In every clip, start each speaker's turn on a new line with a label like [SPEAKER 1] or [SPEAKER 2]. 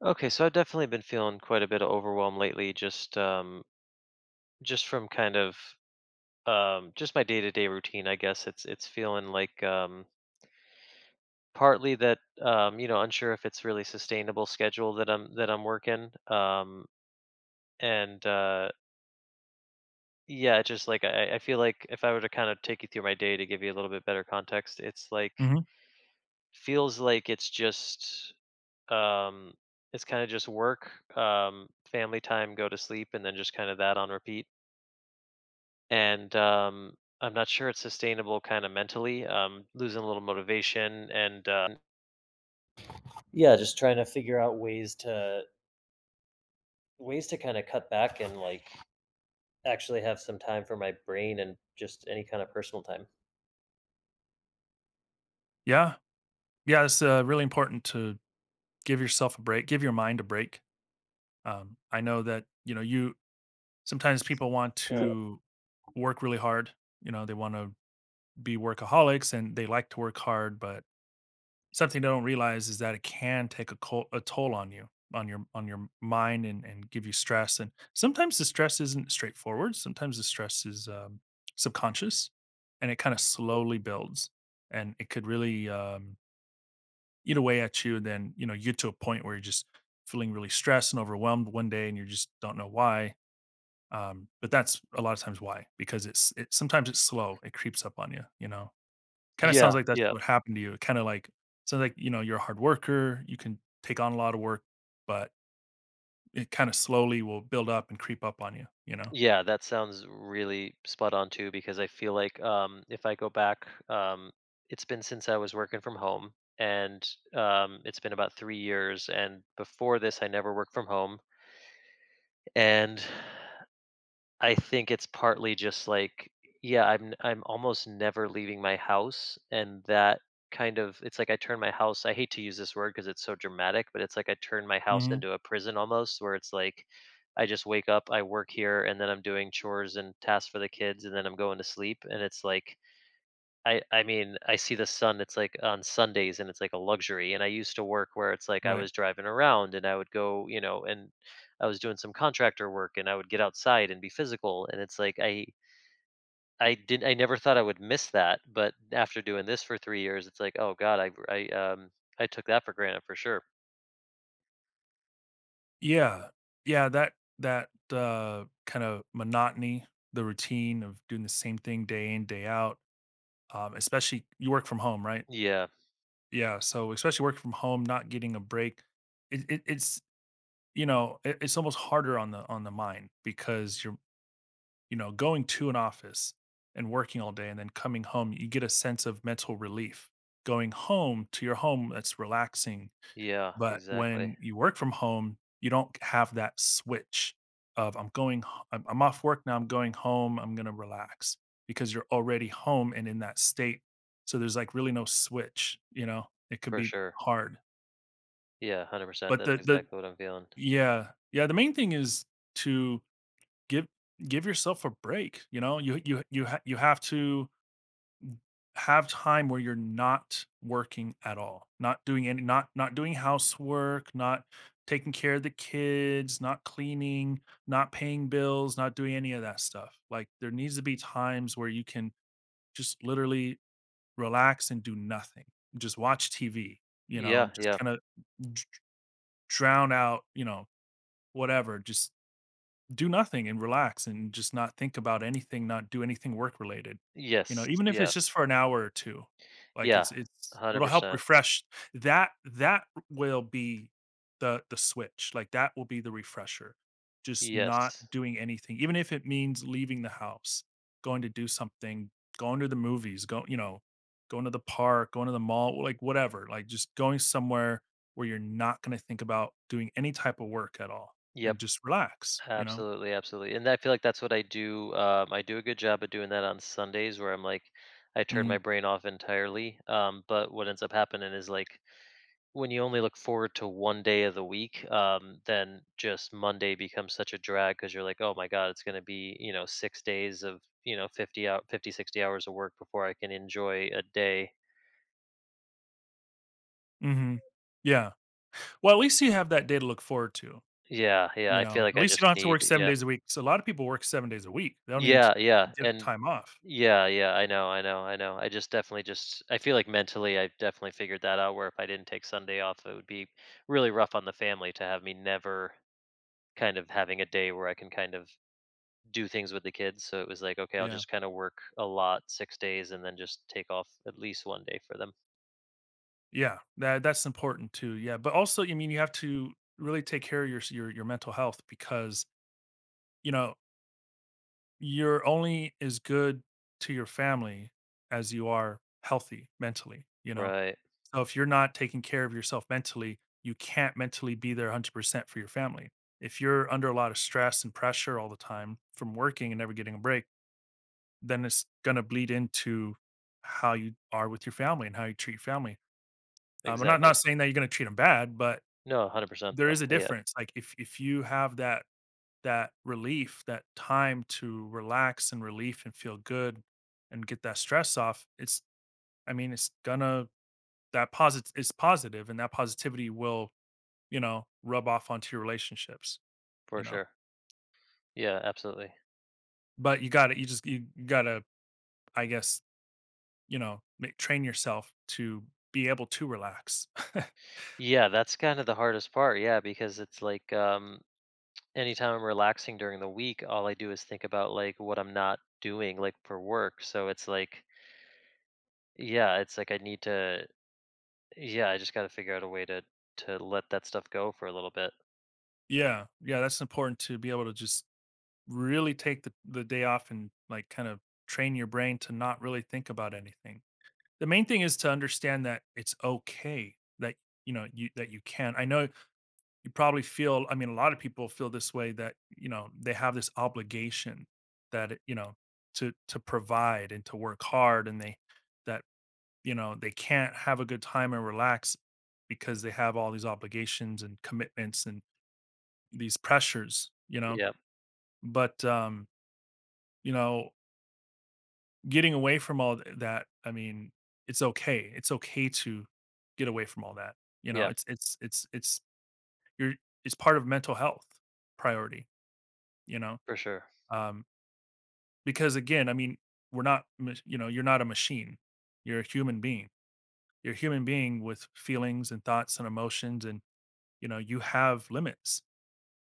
[SPEAKER 1] Okay, so I've definitely been feeling quite a bit of overwhelm lately, just from kind of just my day-to-day routine. I guess it's feeling like partly that unsure if it's really sustainable schedule that I'm working, and yeah, it's just like I feel like if I were to kind of take you through my day to give you a little bit better context, it's like
[SPEAKER 2] Mhm.
[SPEAKER 1] feels like it's just um, it's kind of just work, family time, go to sleep, and then just kind of that on repeat and I'm not sure it's sustainable kind of mentally. Losing a little motivation and yeah, just trying to figure out ways to kind of cut back and like actually have some time for my brain and just any kind of personal time.
[SPEAKER 2] Yeah. Yeah, it's, really important to give yourself a break, give your mind a break. I know that, you know, you sometimes people want
[SPEAKER 1] So
[SPEAKER 2] to work really hard, you know, they wanna be workaholics and they like to work hard, but something they don't realize is that it can take a col a toll on you, on your mind, and give you stress, and sometimes the stress isn't straightforward, sometimes the stress is, subconscious, and it kinda slowly builds, and it could really, eat away at you. And then, you know, you get to a point where you're just feeling really stressed and overwhelmed one day and you just don't know why. But that's a lot of times why, because it's, it sometimes it's slow. It creeps up on you, you know, kind of sounds
[SPEAKER 1] yeah,
[SPEAKER 2] like that's
[SPEAKER 1] yeah.
[SPEAKER 2] what happened to you. It kind of like, Sounds like, you know, you're a hard worker. You can take on a lot of work, but it kind of slowly will build up and creep up on you, you know?
[SPEAKER 1] Yeah, that sounds really spot on too because I feel like if I go back it's been since I was working from home, and it's been about 3 years, and before this I never worked from home. And I think it's partly just like, yeah, I'm almost never leaving my house, and that kind of it's like I turn my house. I hate to use this word because it's so dramatic, but it's like I turn my house
[SPEAKER 2] Hmm.
[SPEAKER 1] into a prison almost, where it's like I just wake up, I work here, and then I'm doing chores and tasks for the kids, and then I'm going to sleep, and it's like I mean, I see the sun, it's like on Sundays and it's like a luxury. And I used to work where it's like I
[SPEAKER 2] Right.
[SPEAKER 1] was driving around and I would go, and I was doing some contractor work and I would get outside and be physical. And it's like I never thought I would miss that, but after doing this for 3 years, it's like, oh God, I took that for granted for sure.
[SPEAKER 2] Yeah. Yeah. Kind of monotony, the routine of doing the same thing day in, day out, especially you work from home, right?
[SPEAKER 1] Yeah,
[SPEAKER 2] Yeah, so especially working from home, not getting a break, it's you know, it, it's almost harder on the mind because you're, you know, going to an office and working all day and then coming home, you get a sense of mental relief. Going home to your home, that's relaxing,
[SPEAKER 1] yeah,
[SPEAKER 2] but
[SPEAKER 1] exactly.
[SPEAKER 2] when you work from home, you don't have that switch of, I'm going ho I'm off work now, I'm going home, I'm gonna relax, because you're already home and in that state. So there's, like, really no switch, you know? It could
[SPEAKER 1] For
[SPEAKER 2] be
[SPEAKER 1] sure.
[SPEAKER 2] hard.
[SPEAKER 1] Yeah, 100%.
[SPEAKER 2] But
[SPEAKER 1] That's
[SPEAKER 2] the
[SPEAKER 1] exactly what I'm feeling.
[SPEAKER 2] Yeah. Yeah, the main thing is to give give yourself a break, you know? You have to have time where you're not working at all, not doing any, not doing housework, not taking care of the kids, not cleaning, not paying bills, not doing any of that stuff. Like there needs to be times where you can just literally relax and do nothing, just watch tv, you know,
[SPEAKER 1] Yeah,
[SPEAKER 2] just
[SPEAKER 1] yeah.
[SPEAKER 2] kind of drown out, you know, whatever, just do nothing and relax and just not think about anything, not do anything work related. You know,
[SPEAKER 1] Yes.
[SPEAKER 2] even if
[SPEAKER 1] Yeah.
[SPEAKER 2] it's just for an hour or 2, like
[SPEAKER 1] Yeah.
[SPEAKER 2] it's
[SPEAKER 1] Hundred
[SPEAKER 2] it'll help
[SPEAKER 1] percent.
[SPEAKER 2] refresh. That will be the switch, like that will be the refresher. Just not
[SPEAKER 1] Yes.
[SPEAKER 2] doing anything, even if it means leaving the house, going to do something, going to the movies, going to the park, going to the mall, like whatever, like just going somewhere where you're not gonna think about doing any type of work at all,
[SPEAKER 1] Yep.
[SPEAKER 2] and just relax, you know?
[SPEAKER 1] Absolutely, absolutely. And I feel like that's what I do. I do a good job of doing that on Sundays where I'm like, I turn my
[SPEAKER 2] Mhm,
[SPEAKER 1] brain off entirely. But what ends up happening is like when you only look forward to one day of the week, then just Monday becomes such a drag because you're like, oh my God, it's going to be, 6 days of, 50, 60 hours of work before I can enjoy a day.
[SPEAKER 2] mhm. Yeah. Well, at least you have that day to look forward to,
[SPEAKER 1] Yeah, yeah.
[SPEAKER 2] you
[SPEAKER 1] I feel
[SPEAKER 2] know?
[SPEAKER 1] like
[SPEAKER 2] At
[SPEAKER 1] I
[SPEAKER 2] least you
[SPEAKER 1] just
[SPEAKER 2] don't have to work
[SPEAKER 1] need,
[SPEAKER 2] 7
[SPEAKER 1] yeah.
[SPEAKER 2] days a week. So a lot of people work 7 days a week. They don't even t
[SPEAKER 1] Yeah, yeah.
[SPEAKER 2] get
[SPEAKER 1] And
[SPEAKER 2] time off.
[SPEAKER 1] yeah, yeah, I know, I know, I know. I just definitely just I feel like mentally I definitely figured that out, where if I didn't take Sunday off, it would be really rough on the family to have me never kind of having a day where I can kind of do things with the kids. So it was like, okay, I'll
[SPEAKER 2] Yeah.
[SPEAKER 1] just kind of work a lot 6 days and then just take off at least one day for them.
[SPEAKER 2] Yeah. That's important too, yeah, but also, I mean, you have to really take care of your mental health because, you know, you're only as good to your family as you are healthy mentally, you know?
[SPEAKER 1] Right.
[SPEAKER 2] So if you're not taking care of yourself mentally, you can't mentally be there 100% for your family. If you're under a lot of stress and pressure all the time from working and never getting a break, then it's going to bleed into how you are with your family and how you treat your family. I'm
[SPEAKER 1] Exactly.
[SPEAKER 2] not saying that you're going to treat them bad, but
[SPEAKER 1] No, 100%
[SPEAKER 2] there is
[SPEAKER 1] though.
[SPEAKER 2] a
[SPEAKER 1] Yeah,
[SPEAKER 2] difference. Like if you have that relief, that time to relax and relief and feel good and get that stress off, it's, I mean, it's gonna, that posit It's positive, and that positivity will, you know, rub off onto your relationships, you
[SPEAKER 1] for
[SPEAKER 2] know.
[SPEAKER 1] sure. Yeah, absolutely.
[SPEAKER 2] But you got to you just you got to I guess, you know, train yourself to be able to relax.
[SPEAKER 1] Yeah, that's kind of the hardest part. Yeah, because it's like anytime I'm relaxing during the week, all I do is think about like what I'm not doing like for work. So it's like, yeah, it's like I need to, yeah, I just got to figure out a way to let that stuff go for a little bit.
[SPEAKER 2] Yeah. Yeah, that's important to be able to just really take the day off, and like kind of train your brain to not really think about anything. The main thing is to understand that it's okay that, you know, you can. I know you probably feel, I mean, a lot of people feel this way, that, you know, they have this obligation, that, you know, to provide and to work hard, and they, that, you know, they can't have a good time and relax because they have all these obligations and commitments and these pressures, you know,
[SPEAKER 1] Yeah,
[SPEAKER 2] but you know, getting away from that, I mean, it's okay, it's okay to get away from all that, you know,
[SPEAKER 1] yeah,
[SPEAKER 2] it's you're, it's part of mental health priority, you know.
[SPEAKER 1] for sure,
[SPEAKER 2] Um, because again, I mean, we're not, you know, you're not a machine. You're a human being. You're a human being with feelings and thoughts and emotions, and you know, you have limits.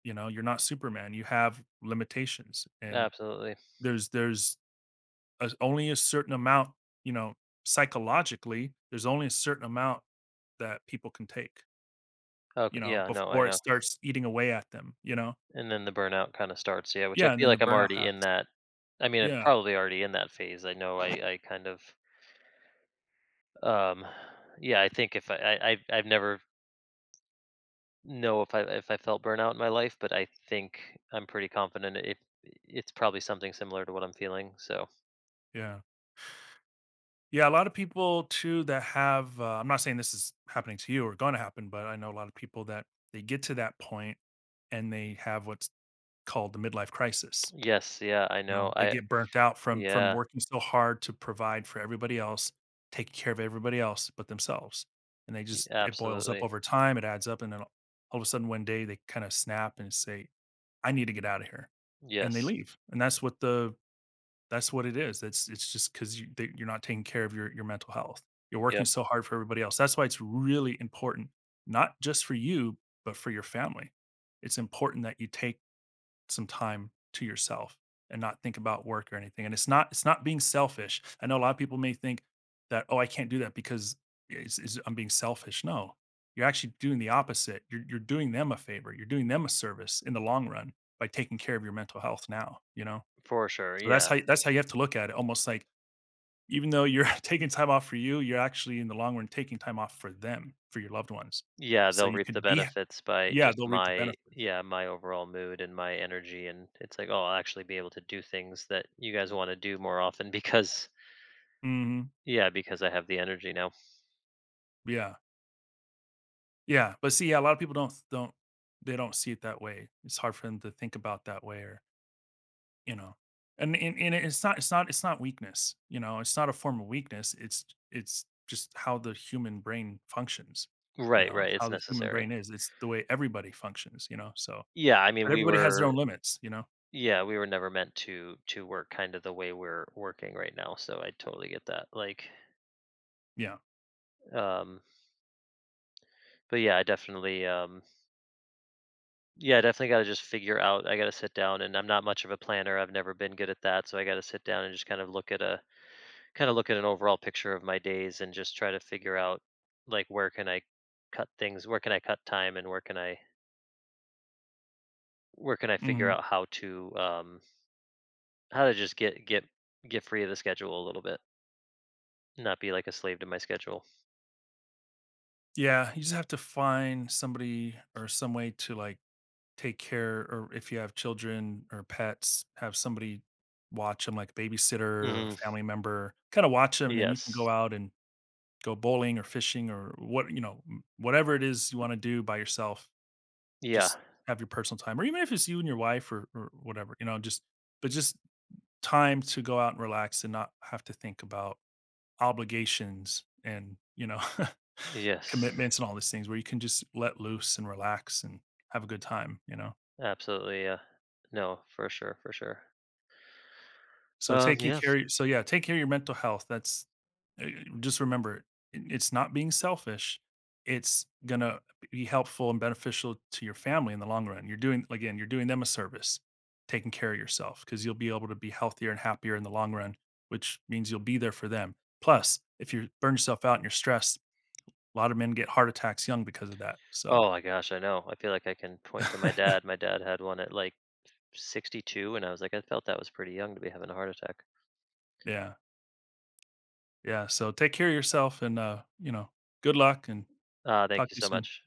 [SPEAKER 2] You know, you're not Superman. You have limitations, and
[SPEAKER 1] absolutely.
[SPEAKER 2] there's a, only a certain amount. You know, psychologically, there's only a certain amount that people can take. You
[SPEAKER 1] Okay,
[SPEAKER 2] know,
[SPEAKER 1] yeah, no, I
[SPEAKER 2] before it
[SPEAKER 1] know.
[SPEAKER 2] starts eating away at them. You know,
[SPEAKER 1] And then the burnout kind of starts, yeah, which I
[SPEAKER 2] yeah, and
[SPEAKER 1] feel
[SPEAKER 2] then the
[SPEAKER 1] like I'm
[SPEAKER 2] burnout
[SPEAKER 1] already in
[SPEAKER 2] happens.
[SPEAKER 1] that. I mean, I'm
[SPEAKER 2] Yeah,
[SPEAKER 1] probably already in that phase. I know I kind of um yeah, I've never know if I felt burnout in my life, but I think I'm pretty confident it's probably something similar to what I'm feeling. So
[SPEAKER 2] yeah. Yeah, a lot of people too that have, I'm not saying this is happening to you or going to happen, but I know a lot of people that they get to that point and they have what's called the midlife crisis.
[SPEAKER 1] yes, yeah, I
[SPEAKER 2] You know,
[SPEAKER 1] know.
[SPEAKER 2] they
[SPEAKER 1] I
[SPEAKER 2] get burnt out from
[SPEAKER 1] yeah,
[SPEAKER 2] working so hard to provide for everybody else, taking care of everybody else but themselves. And they just, it boils up
[SPEAKER 1] absolutely.
[SPEAKER 2] over time, it adds up, and then all of a sudden one day they kind of snap and say, "I need to get out of here." And they
[SPEAKER 1] Yes.
[SPEAKER 2] leave. And that's what it is. It's just 'cause you, that you're not taking care of your mental health. You're working
[SPEAKER 1] Yep,
[SPEAKER 2] so hard for everybody else. That's why it's really important, not just for you, but for your family. It's important that you take some time to yourself and not think about work or anything. And it's not being selfish. I know a lot of people may think that, "Oh, I can't do that because it's I'm being selfish." No. You're actually doing the opposite. You're doing them a favor. You're doing them a service in the long run by taking care of your mental health now, you know?
[SPEAKER 1] for sure.
[SPEAKER 2] So that's
[SPEAKER 1] Yeah.
[SPEAKER 2] how, that's how you have to look at it, almost like even though you're taking time off for you, you're actually in the long run taking time off for them, for your loved ones.
[SPEAKER 1] Yeah,
[SPEAKER 2] So
[SPEAKER 1] they'll
[SPEAKER 2] you
[SPEAKER 1] reap the
[SPEAKER 2] could be,
[SPEAKER 1] benefits by
[SPEAKER 2] yeah,
[SPEAKER 1] just
[SPEAKER 2] they'll reap the
[SPEAKER 1] my
[SPEAKER 2] benefits.
[SPEAKER 1] yeah, my overall mood and my energy, and it's like, oh, I'll actually be able to do things that you guys want to do more often because
[SPEAKER 2] Mhm.
[SPEAKER 1] yeah, because I have the energy now.
[SPEAKER 2] Yeah. Yeah, but see, yeah, a lot of people don't they don't see it that way. It's hard for them to think about that way or, you know. And it's not it's not it's not weakness, you know. It's not a form of weakness. It's just how the human brain functions, you
[SPEAKER 1] Right,
[SPEAKER 2] know. It's
[SPEAKER 1] right. It's
[SPEAKER 2] how the human
[SPEAKER 1] necessary.
[SPEAKER 2] brain is. It's the way everybody functions, you know. So,
[SPEAKER 1] Yeah, I mean
[SPEAKER 2] but
[SPEAKER 1] we
[SPEAKER 2] everybody has their
[SPEAKER 1] were
[SPEAKER 2] own limits, you know?
[SPEAKER 1] Yeah, we were never meant to work kind of the way we're working right now, so I totally get that. Like,
[SPEAKER 2] Yeah.
[SPEAKER 1] um, but yeah, I definitely got to just figure out. I got to sit down, and I'm not much of a planner. I've never been good at that, so I got to sit down and just kind of look at a kind of look at an overall picture of my days and just try to figure out like where can I cut things, where can I cut time, and where can I figure
[SPEAKER 2] Mhm.
[SPEAKER 1] out how to just get free of the schedule a little bit, not be like a slave to my schedule.
[SPEAKER 2] Yeah, you just have to find somebody or some way to, like, take care, or if you have children or pets, have somebody watch them, like a babysitter or a
[SPEAKER 1] Mhm.
[SPEAKER 2] family member, kinda watch them, and then you can go
[SPEAKER 1] Yes.
[SPEAKER 2] out and go bowling or fishing or what, you know, m whatever it is you wanna do by yourself,
[SPEAKER 1] Yeah.
[SPEAKER 2] just have your personal time, or even if it's you and your wife, or whatever, you know, just, but just time to go out and relax and not have to think about obligations and, you know,
[SPEAKER 1] Yes.
[SPEAKER 2] commitments and all these things where you can just let loose and relax and have a good time, you know?
[SPEAKER 1] Absolutely. Yeah. No, for sure. For sure.
[SPEAKER 2] So
[SPEAKER 1] Um,
[SPEAKER 2] taking
[SPEAKER 1] yeah.
[SPEAKER 2] care of, so yeah, take care of your mental health. That's, uh, just remember it. It's not being selfish. It's gonna be helpful and beneficial to your family in the long run. You're doing, again, you're doing them a service, taking care of yourself because you'll be able to be healthier and happier in the long run, which means you'll be there for them. Plus, if you burn yourself out and you're stressed, a lot of men get heart attacks young because of that. So
[SPEAKER 1] Oh my gosh. I know. I feel like I can point to my dad. My dad had one at like 62, and I was like, I felt that was pretty young to be having a heart attack.
[SPEAKER 2] yeah. Yeah, so take care of yourself and, you know, good luck and
[SPEAKER 1] Thank
[SPEAKER 2] talk to
[SPEAKER 1] you
[SPEAKER 2] you
[SPEAKER 1] so
[SPEAKER 2] soon.
[SPEAKER 1] much.